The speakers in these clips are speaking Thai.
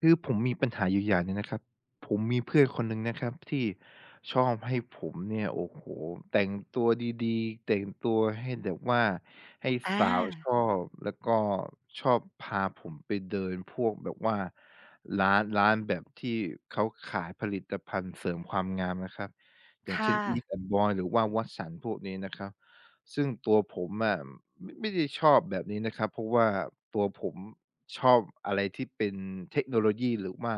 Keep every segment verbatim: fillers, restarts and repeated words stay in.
คือผมมีปัญหาอยู่อย่างหนึ่งนะครับผมมีเพื่อนคนหนึ่งนะครับที่ชอบให้ผมเนี่ยโอ้โหแต่งตัวดีๆแต่งตัวให้แบบว่าให้อาสาวชอบแล้วก็ชอบพาผมไปเดินพวกแบบว่าร้านร้านแบบที่เขาขายผลิตภัณฑ์เสริมความงามนะครับอย่างเช่ค่ะน e แอนด์บอยหรือว่าวั t สันพวกนี้นะครับซึ่งตัวผมอะไม่ไม่ได้ชอบแบบนี้นะครับเพราะว่าตัวผม ชอบอะไรที่เป็นเทคโนโลยีหรือว่า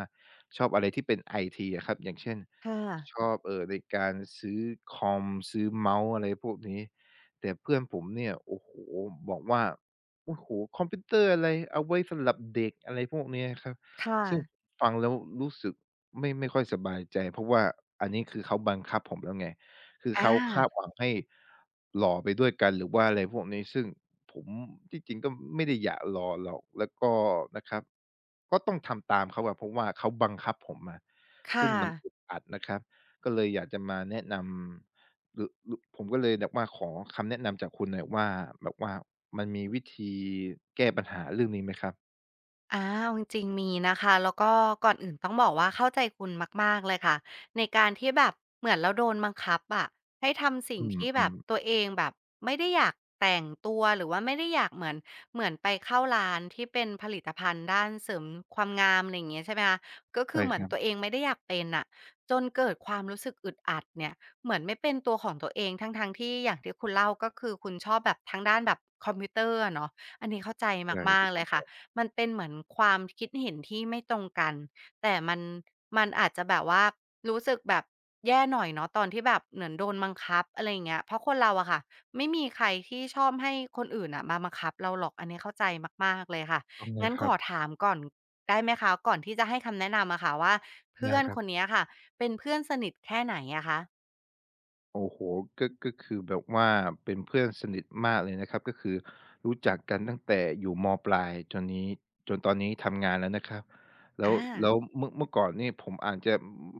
ชอบอะไรที่เป็นไอทีอะครับอย่างเช่นค่ะชอบเอ่อในการซื้อคอมซื้อเมาส์อะไรพวกนี้แต่เพื่อนผมเนี่ยโอ้โฮบอกว่าโอ้โฮคอมพิวเตอร์อะไรเอาไว้สำหรับเด็กอะไรพวกเนี้ยครับค่ะซึ่งฟังแล้วรู้สึกไม่ไม่ค่อยสบายใจเพราะว่าอันนี้คือเขาบังคับผมแล้วไงคืออาเขาคาดหวังให้หล่อไปด้วยกันหรือว่าอะไรพวกนี้ซึ่ง ผมที่จริงก็ไม่ได้อยากรอหรอกแล้วก็นะครับก็ต้องทำตามเขาอะเพราะว่าเขาบังคับผมอะซึ่ค่ะ งมันอึดอัดนะครับก็เลยอยากจะมาแนะนำหรือหรือผมก็เลยแบบว่าขอคำแนะนำจากคุณหน่อยว่าแบบว่ามันมีวิธีแก้ปัญหาเรื่องนี้ไหมครับอาเอาจริงๆมีนะคะแล้วก็ก่อนอื่นต้องบอกว่าเข้าใจคุณมากๆเลยค่ะในการที่แบบเหมือนเราโดนบังคับอะให้ทำสิ่งอืที่แบบมตัวๆเองแบบไม่ได้อยากแต่งตัวหรือว่าไม่ได้อยากเหมือนเหมือนไปเข้าร้านที่เป็นผลิตภัณฑ์ด้านเสริมความงามอะไรอย่างเงี้ยใช่ไหมคะก็คืใช่อเหมืคอนรับตัวเองไม่ได้อยากเป็นอะจนเกิดความรู้สึกอึดอัดเนี่ยเหมือนไม่เป็นตัวของตัวเองทั้งๆที่อย่างที่คุณเล่าก็คือคุณชอบแบบทางด้านแบบคอมพิวเตอร์อะเนาะอันนี้เข้าใจใช่มาถูกกๆเลต้อยค่ะ งมันเป็นเหมือนความคิดเห็นที่ไม่ตรงกันแต่มันมันอาจจะแบบว่ารู้สึกแบบแย่หน่อยเนาะตอนที่แบบเหมือนโดนบังคับอะไรอย่างเงี้ยเพราะคนเราอะค่ะไม่มีใครที่ชอบให้คนอื่นน่ะมาบังคับเราหรอกอันนี้เข้าใจมากๆเลยค่ะต้องเลยงั้นคขรัอบถามก่อนได้ไหมคะก่อนที่จะให้คำแนะนำอะค่ะว่าเพื่ได้อนครัคนบ เนี้ยค่ะเป็นเพื่อนสนิทแค่ไหนอะคะโอ้โฮก็ก็คือแบบว่าเป็นเพื่อนสนิทมากเลยนะครับก็คือรู้จักกันตั้งแต่อยู่มปลายจนนี้จนตอนนี้ทำงานแล้วนะครับแล้วอาแล้วเมื่อเมื่อก่อนนี่ผมอาจจะ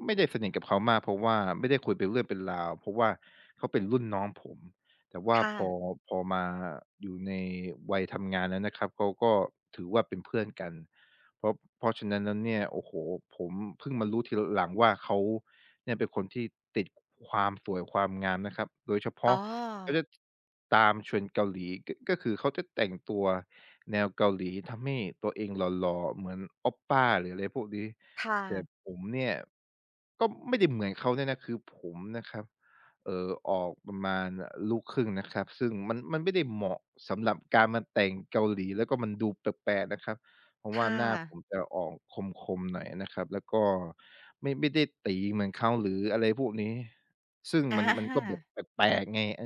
ไม่ได้สนิทกับเขามากเพราะว่าไม่ได้คุยเป็นเรื่องเป็นราวเพราะว่าเขาเป็นรุ่นน้องผมแต่ว่าค่ะพอพอมาอยู่ในวัยทำงานแล้วนะครับเขาก็ถือว่าเป็นเพื่อนกัน เพราะเพราะฉะนั้นแล้วเนี่ยโอ้โฮผมเพิ่งมารู้ทีหลังว่าเขาเนี่ยเป็นคนที่ติดความสวยความงามนะครับโดยเฉอ๋พาะอเขาจะตาม Trend เกาหลีก็ก็คือเขาจะแต่งตัวแนวเกาหลีทำให้ตัวเองหล่อๆเหมือนโอปป้าหรืออะไรพวกนี้ค่ะแต่ผมเนี่ยก็ไม่ได้เหมือนเขาเนี่ยนะคือผมนะครับเอ่อออกประมาณอ่าลูกครึ่งนะครับซึ่งมันมันไม่ได้เหมาะสำหรับการมาแต่งเกาหลีแล้วก็มันดูแปลกๆนะครับ ผมว่าค่ะหน้าผมจะออกคมๆหน่อยนะครับแล้วก็ไม่ไม่ได้ตี๋เหมือนเขาหรืออะไรพวกนี้ซึ่งอมันมันก็แบบา แปลกๆไงเอ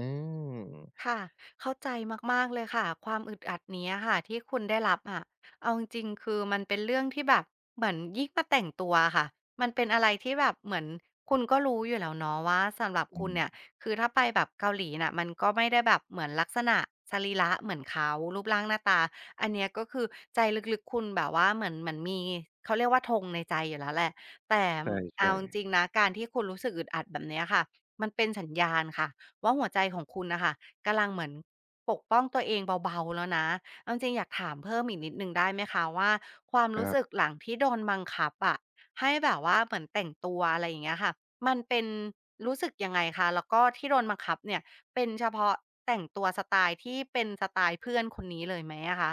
อค่ะเข้าใจมากๆเลยค่ะความอึดอัดเนี้ยค่ะที่คุณได้รับอะเอาจริงๆคือมันเป็นเรื่องที่แบบเหมือนยิ่งมาแต่งตัวค่ะมันเป็นอะไรที่แบบเหมือนคุณก็รู้อยู่แล้วเนาะว่าสำหรับอืคุณมเนี่ยคือถ้าไปแบบเกาหลีน่ะมันก็ไม่ได้แบบเหมือนลักษณะสรีระเหมือนเขารูปร่างหน้าตาอันเนี้ยก็คือใจลึกๆคุณแบบว่าเหมือนเหมือนมีเขาเรียกว่าธงในใจอยู่แล้วแหละแต่เอาใช่จริงๆๆนะการที่คุณรู้สึกอึดอัดแบบเนี้ยค่ะมันเป็นสัญญาณค่ะว่าหัวใจของคุณนะคะ กำลังเหมือนปกป้องตัวเองเบาๆแล้วนะเอาจริงๆอยากถามเพิ่มอีกนิดหนึ่งได้ไหมคะว่าความครู้รัสึกบ หลังที่โดนบังคับอะให้แบบว่าเหมือนแต่งตัวอะไรอย่างเงี้ยค่ะมันเป็นรู้สึกยังไงคะแล้วก็ที่โดนบังคับเนี่ยเป็นเฉพาะแต่งตัวสไตล์ที่เป็นสไตล์เพื่อนคนนี้เลยไหมอะคะ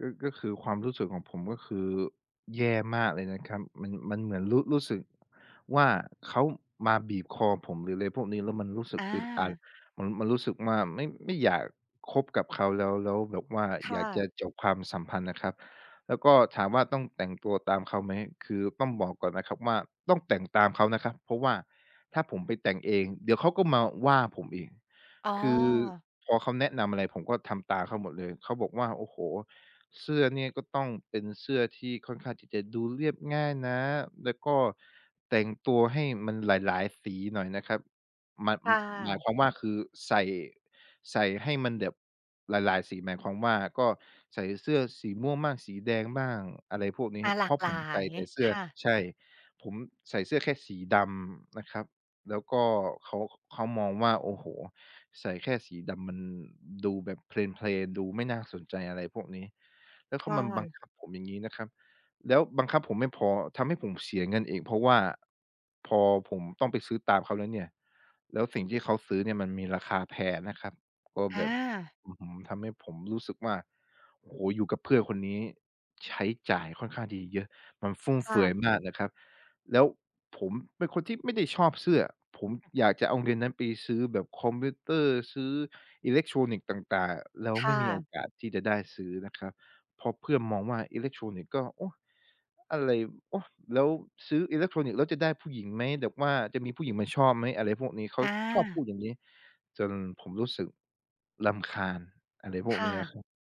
ก็ก็คือความรู้สึกของผมก็คือแย่มากเลยนะครับมันมันเหมือนรู้รู้สึกว่าเขามาบีบคอผมหรืออะไรพวกนี้แล้วมันรู้สึกอาอึดอัดมันมันรู้สึกว่าไม่ไม่อยากคบกับเขาแล้วแล้วแบบว่าอยาค่ะกจะจบความสัมพันธ์นะครับแล้วก็ถามว่าต้องแต่งตัวตามเขาไหมคือต้องบอกก่อนนะครับว่าต้องแต่งตามเขานะครับเพราะว่าถ้าผมไปแต่งเองเดี๋ยวเขาก็มาว่าผมอีกอ๋อคือพอเขาแนะนำอะไรผมก็ทำตามเขาหมดเลยเขาบอกว่าโอ้โฮ เสื้อเนี่ยก็ต้องเป็นเสื้อที่ค่อนข้างที่จะดูเรียบง่ายนะแล้วก็แต่งตัวให้มันหลายๆสีหน่อยนะครับหมายค่หมายความะว่าคือใส่ใส่ให้มันแบบหลายๆสีหมายความว่าก็ใส่เสื้อสีม่วงบ้างสีแดงบ้างอะไรพวกนี้อาหเพลากราะหผมลาใส่ยแต่เสื้อค่ะใช่ผมใส่เสื้อแค่สีดำนะครับแล้วก็เขาเขามองว่าโอ้โฮใส่แค่สีดำมันดูแบบเพลนๆดูไม่น่าสนใจอะไรพวกนี้ แล้วเขาค่ะมาบังคับผมอย่างงี้นะครับ แล้วบังคับผมไม่พอทำให้ผมเสียเงินอีกเพราะว่าพอผมต้องไปซื้อตามเขาแล้วเนี่ยแล้วสิ่งที่เขาซื้อเนี่ยมันมีราคาแพงนะครับก็แบอาบอื้อฮือทำให้ผมรู้สึกว่าโอ้โฮอยู่กับเพื่อนคนนี้ใช้จ่ายค่อนข้างที่จะเยอะ มันฟุ่มเฟือยค่ะมากนะครับแล้วผมเป็นคนที่ไม่ได้ชอบเสื้อผมอยากจะเอาเงินนั้นไปซื้อแบบคอมพิวเตอร์ซื้ออิเล็กทรอนิกส์ต่างๆแล้วไม่ค่ะมีโอกาสที่จะได้ซื้อนะครับ เพราะเพื่อนมองว่าอิเล็กทรอนิกส์ก็โอ้อะไรโอ้แล้วซื้ออิเล็กทรอนิกส์แล้วจะได้ผู้หญิงไหมแบบว่าจะมีผู้หญิงมาชอบไหมอะไรพวกนี้อเขาชอบพูาดอย่างนี้จนผมรู้สึกรำคาญอะไรพวกค่ะ นี้ยครับ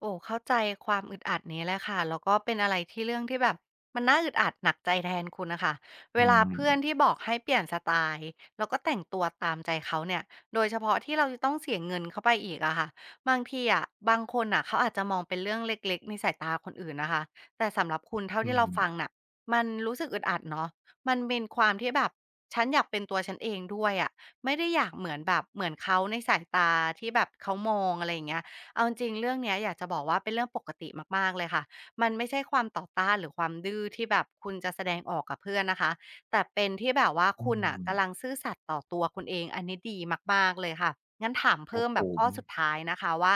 โอ้เข้าใจความอึดอัดนี้เลยค่ะแล้วก็เป็นอะไรที่เรื่องที่แบบมันน่าอึดอัดหนักใจแทนคุณนะคะเวอืลามเพื่อนที่บอกให้เปลี่ยนสไตล์แล้วก็แต่งตัวตามใจเขาเนี่ยโดยเฉพาะที่เราจะต้องเสียเงินเข้าไปอีกอะค่ะบางทีอะบางคนอ่ะเขาอาจจะมองเป็นเรื่องเล็กๆในสายตาคนอื่นนะคะแต่สำหรับคุณเท่าอืที่เราฟังมน่ะมันรู้สึกอึดอัดเนาะมันเป็นความที่แบบฉันอยากเป็นตัวฉันเองด้วยอะไม่ได้อยากเหมือนแบบเหมือนเขาในสายตาที่แบบเขามองอะไรอย่างเงี้ย เอาจริงๆเรื่องเนี้ยอยากจะบอกว่าเป็นเรื่องปกติมากๆเลยค่ะมันไม่ใช่ความต่อต้านหรือความดื้อที่แบบคุณจะแสดงออกกับเพื่อนนะคะแต่เป็นที่แบบว่าอืคุณอ่ะมกำลังซื่อสัตย์ต่อตัวคุณเองอันนี้ดีมากๆเลยค่ะงั้นถามครัเพิ่บมผแบบข้ม อสุดท้ายนะคะว่า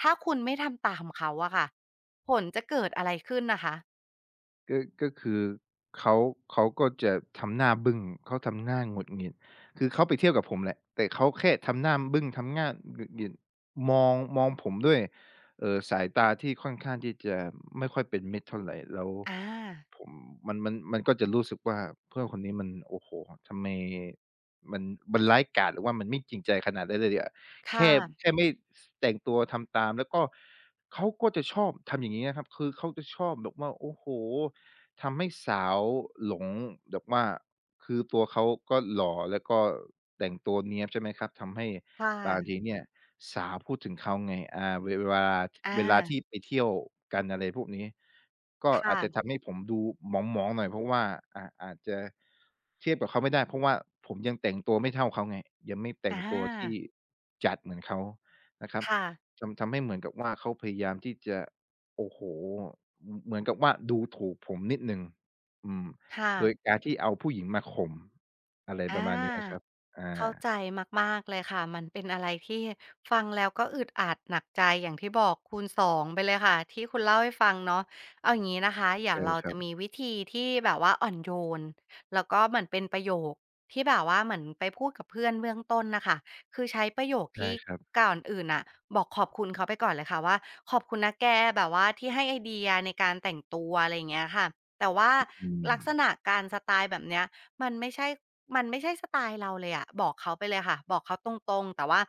ถ้าคุณไม่ทำตามเขาอะค่ะผลจะเกิดอะไรขึ้นนะคะก็ก็คือเขาเขาก็จะทำหน้าบึ้งเขาทำหน้าหงุดหงิดคือเขาไปเที่ยวกับผมแหละแต่เขาแค่ทำหน้าบึ้งทำหน้าหงุดหงิดมองมองผมด้วยเอ่อสายตาที่ค่อนข้างที่จะไม่ค่อยเป็นมิตรเท่าไรแล้วอาผมมันมันมันก็จะรู้สึกว่าเพื่อนคนนี้มันโอ้โฮทำไมมันมันร้ายกาจหรือว่ามันไม่จริงใจขนาดนั้นเลยอะค่ะแค่แค่ไม่สแต่งตัวทำตามแล้วก็เขาก็จะชอบทำอย่างงี้นะครับคือเขาจะชอบแบบว่าโอ้โฮ ทำให้สาวหลงแบบว่าคือตัวเขาก็หล่อแล้วก็แต่งตัวเนี๊ยบใช่ไหมครับทำให้ค่ะบางทีเนี่ยสาวพูดถึงเขาไงอาเวเวลาอาเวลาที่ไปเที่ยวกันอะไรพวกนี้ก็อาจจะค่ะทำให้ผมดูหมองๆหน่อยเพราะว่าอาอาจจะเทียบกับเขาไม่ได้เพราะว่าผมยังแต่งตัวไม่เท่าเขาไงยังไม่แต่งอาตัวที่จัดเหมือนเขานะครับค่ะทำทำให้เหมือนกับว่าเขาพยายามที่จะ โอ้โฮเหมือนเหมือนกับว่าดูถูกผมนิดหนึ่งอืมค่ะโดยการที่เอาผู้หญิงมาข่มอะไรปอา ระมาณนี้อะครับอเข้าใจามากๆเลยค่ะมันเป็นอะไรที่ฟังแล้วก็อึดอัดหนักใจอย่างที่บอกคูณสองไปเลยค่ะที่คุณเล่าให้ฟังเนาะเอาอย่างงี้นะคะเดี๋ยวใช่เราครัจะบ มีวิธีที่แบบว่าอ่อนโยนแล้วก็เหมือนเป็นประโยคที่แบบว่าเหมือนไปพูดกับเพื่อนเบื้องต้นน่ะค่ะคือใช้ประโยคได้ที่ครับ ก่อนอื่นน่ะบอกขอบคุณเขาไปก่อนเลยค่ะว่าขอบคุณนะแกแบบว่าที่ให้ไอเดียในการแต่งตัวอะไรอย่างเงี้ยค่ะแต่ว่าอืม ลักษณะการสไตล์แบบเนี้ย มันไม่ใช่มันไม่ใช่สไตล์เราเลยอะบอกเขาไปเลยค่ะ บอกเขาตรงๆ แต่ว่า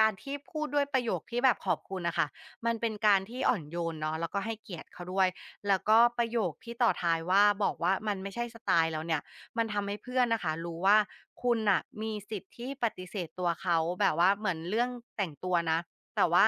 การที่พูดด้วยประโยคที่แบบขอบคุณน่ะค่ะมันเป็นการที่อ่อนโยนเนาะแล้วก็ให้เกียรติเขาด้วย แล้วก็ประโยคที่ต่อท้ายว่าบอกว่ามันไม่ใช่สไตล์เราเนี่ยมันทำให้เพื่อนน่ะค่ะรู้ว่าคุณน่ะมีสิทธิ์ที่ปฏิเสธตัวเขาแบบว่าเหมือนเรื่องแต่งตัวนะ แต่ว่า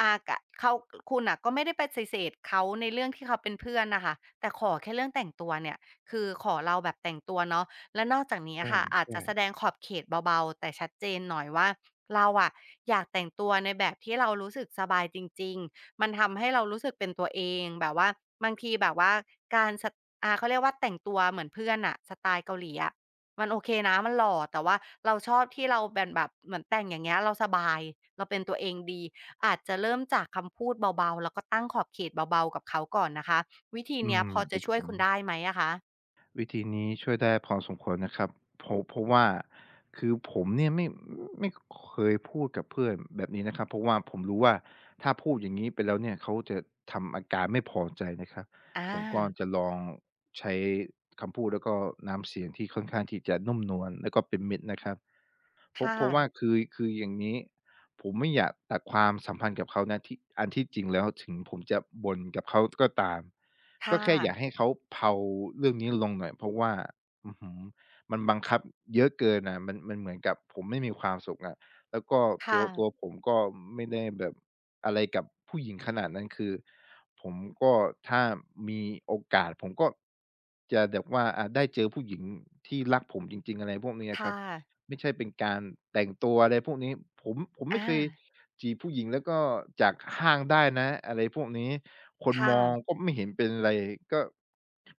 อากะเขาคุณน่ะก็ไม่ได้ปฏิเสธเขาในเรื่องที่เขาเป็นเพื่อนน่ะค่ะแต่ขอแค่เรื่องแต่งตัวเนี่ยคือขอเราแบบแต่งตัวเนาะ และนอกจากนี้ใอะค่ะอาจจะแสดช่งขอบเขตเบาๆแต่ชัดเจนหน่อยว่าเราอะอยากแต่งตัวในแบบที่เรารู้สึกสบายจริงๆมันทำให้เรารู้สึกเป็นตัวเองแบบว่าบางทีแบบว่าการสะอ่าเขาเรียกว่าแต่งตัวเหมือนเพื่อนอ่ะสไตล์เกาหลีอะมันโอเคนะมันหล่อแต่ว่าเราชอบที่เราแบบแบบเหมือนแต่งอย่างเงี้ยเราสบายเราเป็นตัวเองดีอาจจะเริ่มจากคำพูดเบาๆแล้วก็ตั้งขอบเขตเบาๆกับเขาก่อนนะคะวิธีๆอืเนี้ยมพอคจะรับผช่วยม คุณได้ไหมอะคะวิธีนี้ช่วยได้พอสมควรนะครับเพราะเพราะว่าคือผมเนี่ยไม่ไม่เคยพูดกับเพื่อนแบบนี้นะครับเพราะว่าผมรู้ว่าถ้าพูดอย่างนี้ไปแล้วเนี่ยเขาจะทำอาการไม่พอใจนะครับอาผมก็จะลองใช้คำพูดแล้วก็น้ำเสียงที่ค่อนข้างที่จะนุ่มนวลแล้วก็เป็นมิตรนะครับ เพราะค่ะ เพราะว่าคือคืออย่างงี้ผมไม่อยากตัดความสัมพันธ์กับเขานะที่อันที่จริงแล้วถึงผมจะบ่นกับเขาก็ตามก็ค่ะแค่อยากให้เขาเผาเรื่องนี้ลงหน่อยเพราะว่าอื้อฮือมันบังคับเยอะเกินน่ะมันมันเหมือนกับผมไม่มีความสุขอะแล้วก็ตัค่ะวตัวผมก็ไม่ได้แบบอะไรกับผู้หญิงขนาดนั้นคือผมก็ถ้ามีโอกาสผมก็จะแบบว่าอ่าได้เจอผู้หญิงที่รักผมจริงๆอะไรพวกนี้อะครัค่ะบ ไม่ใช่เป็นการแต่งตัวอะไรพวกนี้ผมผมไม่อาเคยจีบผู้หญิงแล้วก็จากห้างได้นะอะไรพวกนี้คนมค่ะองก็ไม่เห็นเป็นไรก็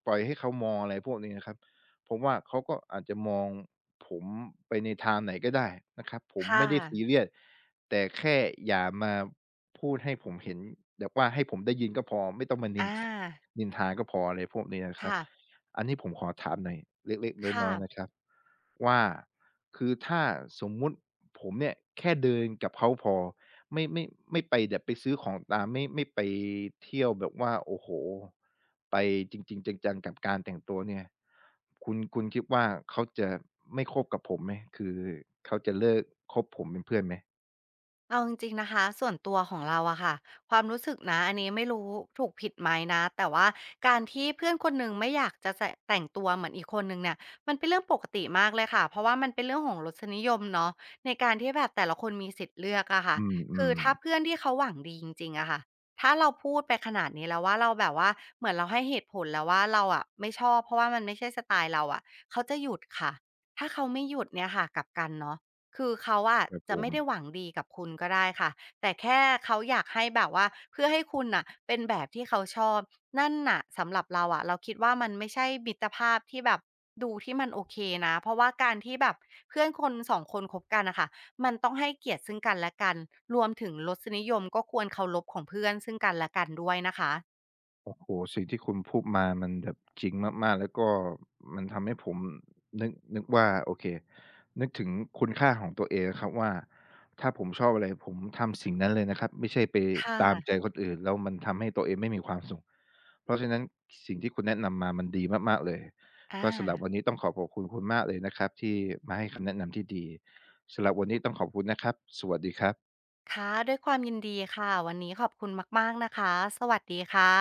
ปล่อยให้เขามองอะไรพวกนี้นะครับผมว่าเขาก็อาจจะมองผมไปในทางไหนก็ได้นะครับผมค่ะไม่ได้ซีเรียสแต่แค่อย่ามาพูดให้ผมเห็นแบบว่าให้ผมได้ยินก็พอไม่ต้องมานินอาทนินทาก็พออะไรพวกนี้นะครับ ค่ะอันนี้ผมขอถามหน่อยเล็กๆน้ค่ะ อยๆนะครับว่าคือถ้าสมมุติผมเนี่ยแค่เดินกับเขาพอไม่ไม่ไม่ไปแบบไปซื้อของตามไม่ไม่ไปเที่ยวแบบว่าโอ้โฮไปจริงๆจังๆกับการแต่งตัวเนี่ยคุณคุณคิดว่าเขาจะไม่คบกับผมไหมคือเขาจะเลิกคบผมเป็นเพื่อนไหมเอาจริงๆนะคะส่วนตัวของเราอะค่ะความรู้สึกนะอันนี้ไม่รู้ถูกผิดไหมนะแต่ว่าการที่เพื่อนคนหนึ่งไม่อยากจะแต่แต่งตัวเหมือนอีกคนหนึ่งเนี่ยมันเป็นเรื่องปกติมากเลยค่ะเพราะว่ามันเป็นเรื่องของรสนิยมเนาะในการที่แบบแต่ละคนมีสิทธิ์เลือกอะค่ะอืคือมถ้าเพื่อนๆที่เขาหวังดีจริงๆอะค่ะถ้าเราพูดไปขนาดนี้แล้วว่าเราแบบว่าเหมือนเราให้เหตุผลแล้วว่าเราอะไม่ชอบเพราะว่ามันไม่ใช่สไตล์เราอะเขาจะหยุดค่ะถ้าเขาไม่หยุดเนี่ยค่ะกลับกันเนาะ คือเขาอะครับผจะไม่ม ได้หวังดีกับคุณก็ได้ค่ะแต่แค่เขาอยากให้แบบว่าเพื่อให้คุณน่ะเป็นแบบที่เขาชอบนั่นน่ะสำหรับเราอะเราคิดว่ามันไม่ใช่มิตรภาพที่แบบดูที่มันโอเคนะเพราะว่าการที่แบบเพื่อนคนสองคนคบกันนะคะมันต้องให้เกียรติซึ่งกันและกันรวมถึงรสนิยมก็ควรเคารพของเพื่อนซึ่งกันและกันด้วยนะคะโอ้โฮสิ่งที่คุณพูดมามันแบบจริงมากๆแล้วก็มันทำให้ผมนึกนึกว่าโอเคนึกถึงคุณค่าของตัวเองอะครับว่าถ้าผมชอบอะไรผมทำสิ่งนั้นเลยนะครับไม่ใช่ไปค่ะตามใจคนอื่นแล้วมันทำให้ตัวเองไม่มีความสุขเพราะฉะนั้นสิ่งที่คุณแนะนำมามันดีมากๆเลยอก็สำหรับาวันนี้ต้องขอขอบคุณคุณมากเลยนะครับที่มาให้คำแนะนำที่ดีสำหรับวันนี้ต้องขอบคุณนะครับสวัสดีครับค่ะด้วยความยินดีค่ะวันนี้ขอบคุณมากๆนะคะสวัสดีค่ะ